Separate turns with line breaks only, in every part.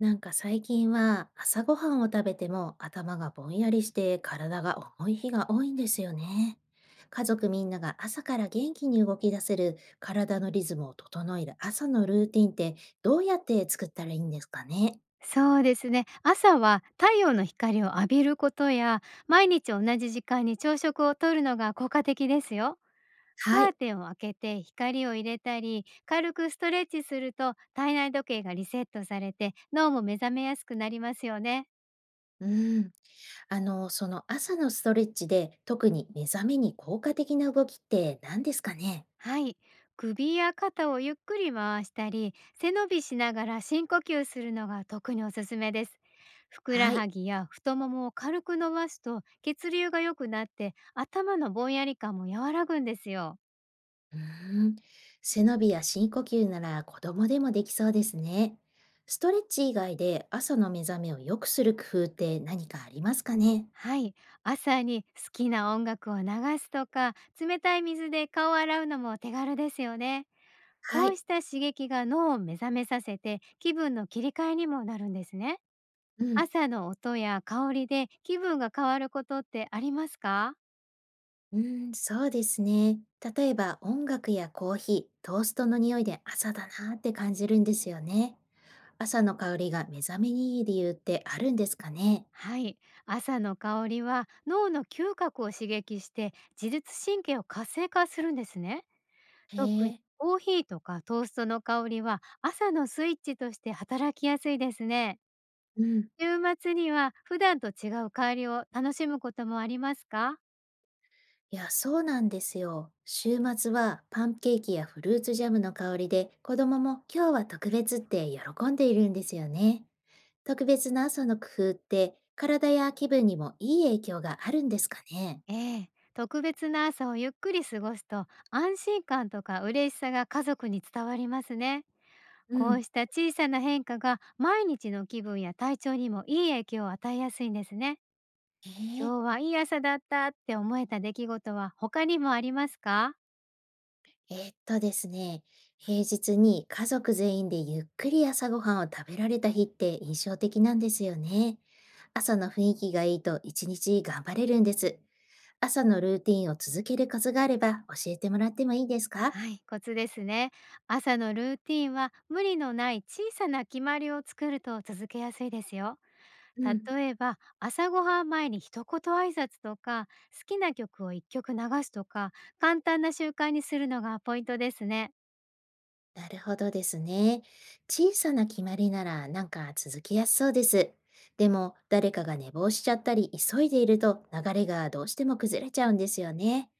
なんか最近は朝ごはんを食べても頭がぼんやりして体が重い日が多いんですよね。家族みんなが朝から元気に動き出せる体のリズムを整える朝のルーティンってどうやって作ったらいいんですかね？
そうですね。朝は太陽の光を浴びることや、毎日同じ時間に朝食をとるのが効果的ですよ。
は
カー
い。
テンを開けて光を入れたり、軽くストレッチすると体内時計がリセットされて脳も目覚めやすくなりますよね。
うん。あの、その朝のストレッチで特に目覚めに効果的な動きって何ですかね？
はい。首や肩をゆっくり回したり、背伸びしながら深呼吸するのが特におすすめです。ふくら
は
は
い。
ぎや太ももを軽く伸ばすと血流が良くなって頭のぼんやり感も和らぐんですよ。
うーん、背伸びや深呼吸なら子供でもできそうですね。ストレッチ以外で朝の目覚めを良くする工夫って何かありますかね？
はい。朝に好きな音楽を流すとか、冷たい水で顔を洗うのも手軽ですよね。
は
こう
い。
した刺激が脳を目覚めさせて気分の切り替えにもなるんですね。
うん。
朝の音や香りで気分が変わることってありますか？
うーん、そうですね。例えば音楽やコーヒー、トーストの匂いで朝だなって感じるんですよね。朝の香りが目覚めにいい理由ってあるんですかね？
はい。朝の香りは脳の嗅覚を刺激して自律神経を活性化するんですね。
へ
特に
え。
コーヒーとかトーストの香りは朝のスイッチとして働きやすいですね。
うん、
週末には普段と違う香りを楽しむこともありますか？
いや、そうなんですよ。週末はパンケーキやフルーツジャムの香りで子供も今日は特別って喜んでいるんですよね。特別な朝の工夫って体や気分にもいい影響があるんですかね？
ええ。特別な朝をゆっくり過ごすと安心感とか嬉しさが家族に伝わりますね。
う
こう
ん。
した小さな変化が毎日の気分や体調にもいい影響を与えやすいんですね。
ええ、
今日はいい朝だったって思えた出来事は他にもありますか？
ですね、平日に家族全員でゆっくり朝ごはんを食べられた日って印象的なんですよね。朝の雰囲気がいいと一日頑張れるんです。朝のルーティンを続けるコツがあれば教えてもらってもいいですか？
はい、コツですね。朝のルーティンは無理のない小さな決まりを作ると続けやすいですよ。
うん。
例えば朝ごはん前に一言挨拶とか、好きな曲を一曲流すとか、簡単な習慣にするのがポイントですね。
なるほどですね。小さな決まりならなんか続きやすそうです。でも誰かが寝坊しちゃったり急いでいると流れがどうしても崩れちゃうんですよね。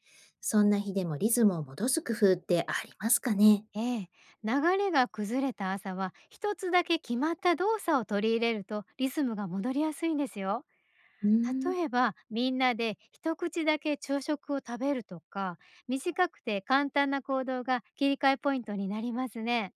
そんな日でもリズムを戻す工夫ってありますかね？
ええ、流れが崩れた朝は一つだけ決まった動作を取り入れるとリズムが戻りやすいんですよ。
うーん。
例えばみんなで一口だけ朝食を食べるとか、短くて簡単な行動が切り替えポイントになりますね。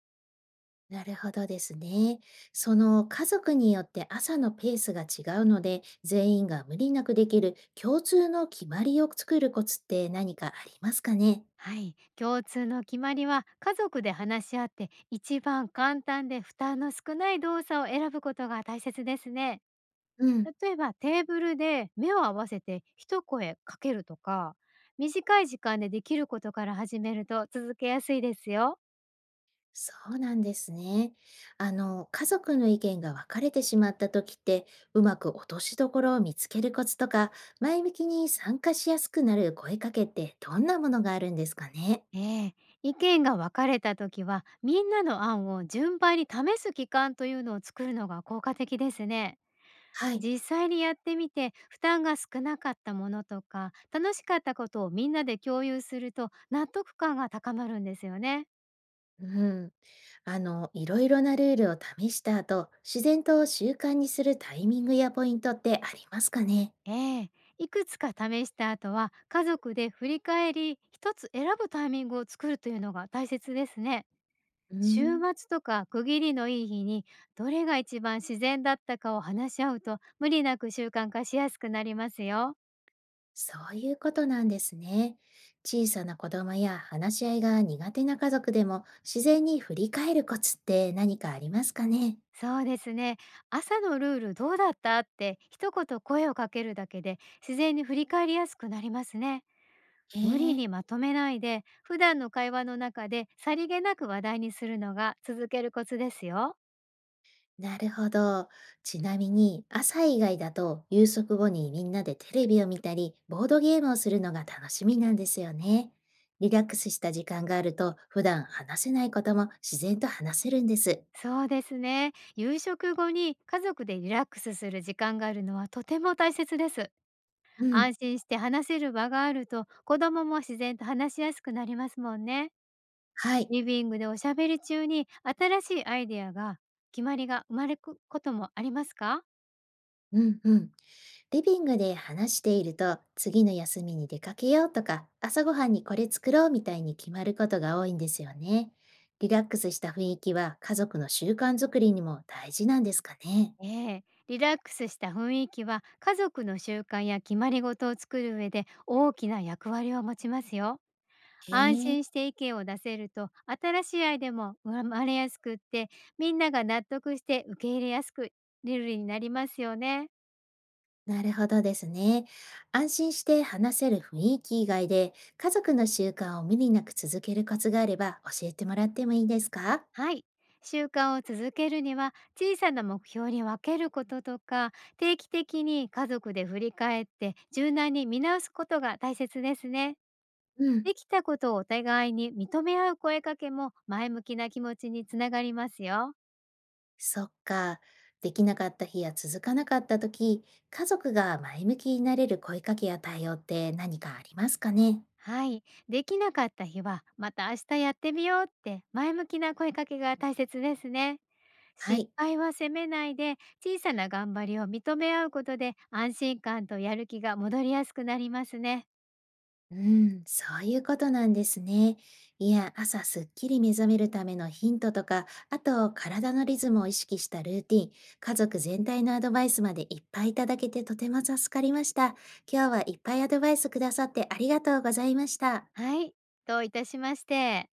なるほどですね。その家族によって朝のペースが違うので、全員が無理なくできる共通の決まりを作るコツって何かありますかね？
はい、共通の決まりは家族で話し合って一番簡単で負担の少ない動作を選ぶことが大切ですね。
うん。
例えばテーブルで目を合わせて一声かけるとか、短い時間でできることから始めると続けやすいですよ。
そうなんですね。あの、家族の意見が分かれてしまった時って、うまく落としどころを見つけるコツとか、前向きに参加しやすくなる声かけってどんなものがあるんですかね？
ええ、意見が分かれた時はみんなの案を順番に試す期間というのを作るのが効果的ですね。
はい。
実際にやってみて負担が少なかったものとか楽しかったことをみんなで共有すると納得感が高まるんですよね。
うん。あの、いろいろなルールを試した後、自然と習慣にするタイミングやポイントってありますかね？
ええ、いくつか試した後は家族で振り返り一つ選ぶタイミングを作るというのが大切ですね。
うー
週
ん、
末とか区切りのいい日に、どれが一番自然だったかを話し合うと無理なく習慣化しやすくなりますよ。
そういうことなんですね。小さな子供や話し合いが苦手な家族でも自然に振り返るコツって何かありますかね？
そうですね。朝のルールどうだったって一言声をかけるだけで自然に振り返りやすくなりますね。
へ
無理
え。
にまとめないで普段の会話の中でさりげなく話題にするのが続けるコツですよ。
なるほど。ちなみに、朝以外だと夕食後にみんなでテレビを見たり、ボードゲームをするのが楽しみなんですよね。リラックスした時間があると、普段話せないことも自然と話せるんです。
そうですね。夕食後に家族でリラックスする時間があるのはとても大切です。
うん。
安心して話せる場があると子供も自然と話しやすくなりますもんね。
はい。
リビングでおしゃべり中に新しいアイデアが、決まりが生まれることもありますか？
うんうん。リビングで話していると、次の休みに出かけようとか、朝ごはんにこれ作ろうみたいに決まることが多いんですよね。リラックスした雰囲気は家族の習慣づくりにも大事なんですかね。
ええ、リラックスした雰囲気は家族の習慣や決まり事を作る上で大きな役割を持ちますよ。
へ
安
え。
心して意見を出せると、新しいアイデアも生まれやすくって、みんなが納得して受け入れやすくルールになりますよね。
なるほどですね。安心して話せる雰囲気以外で、家族の習慣を無理なく続けるコツがあれば教えてもらってもいいですか？
はい。習慣を続けるには、小さな目標に分けることとか、定期的に家族で振り返って、柔軟に見直すことが大切ですね。
うん、
できたことをお互いに認め合う声かけも前向きな気持ちにつながりますよ。
そっか。できなかった日や続かなかった時、家族が前向きになれる声かけや対応って何かありますかね？
はい。できなかった日は、また明日やってみようって前向きな声かけが大切ですね。
は
失
い。
敗は責めないで、小さな頑張りを認め合うことで、安心感とやる気が戻りやすくなりますね。
うん、そういうことなんですね。いや、朝すっきり目覚めるためのヒントとか、あと体のリズムを意識したルーティン、家族全体のアドバイスまでいっぱいいただけてとても助かりました。今日はいっぱいアドバイスくださってありがとうございました。
はい。どういたしまして。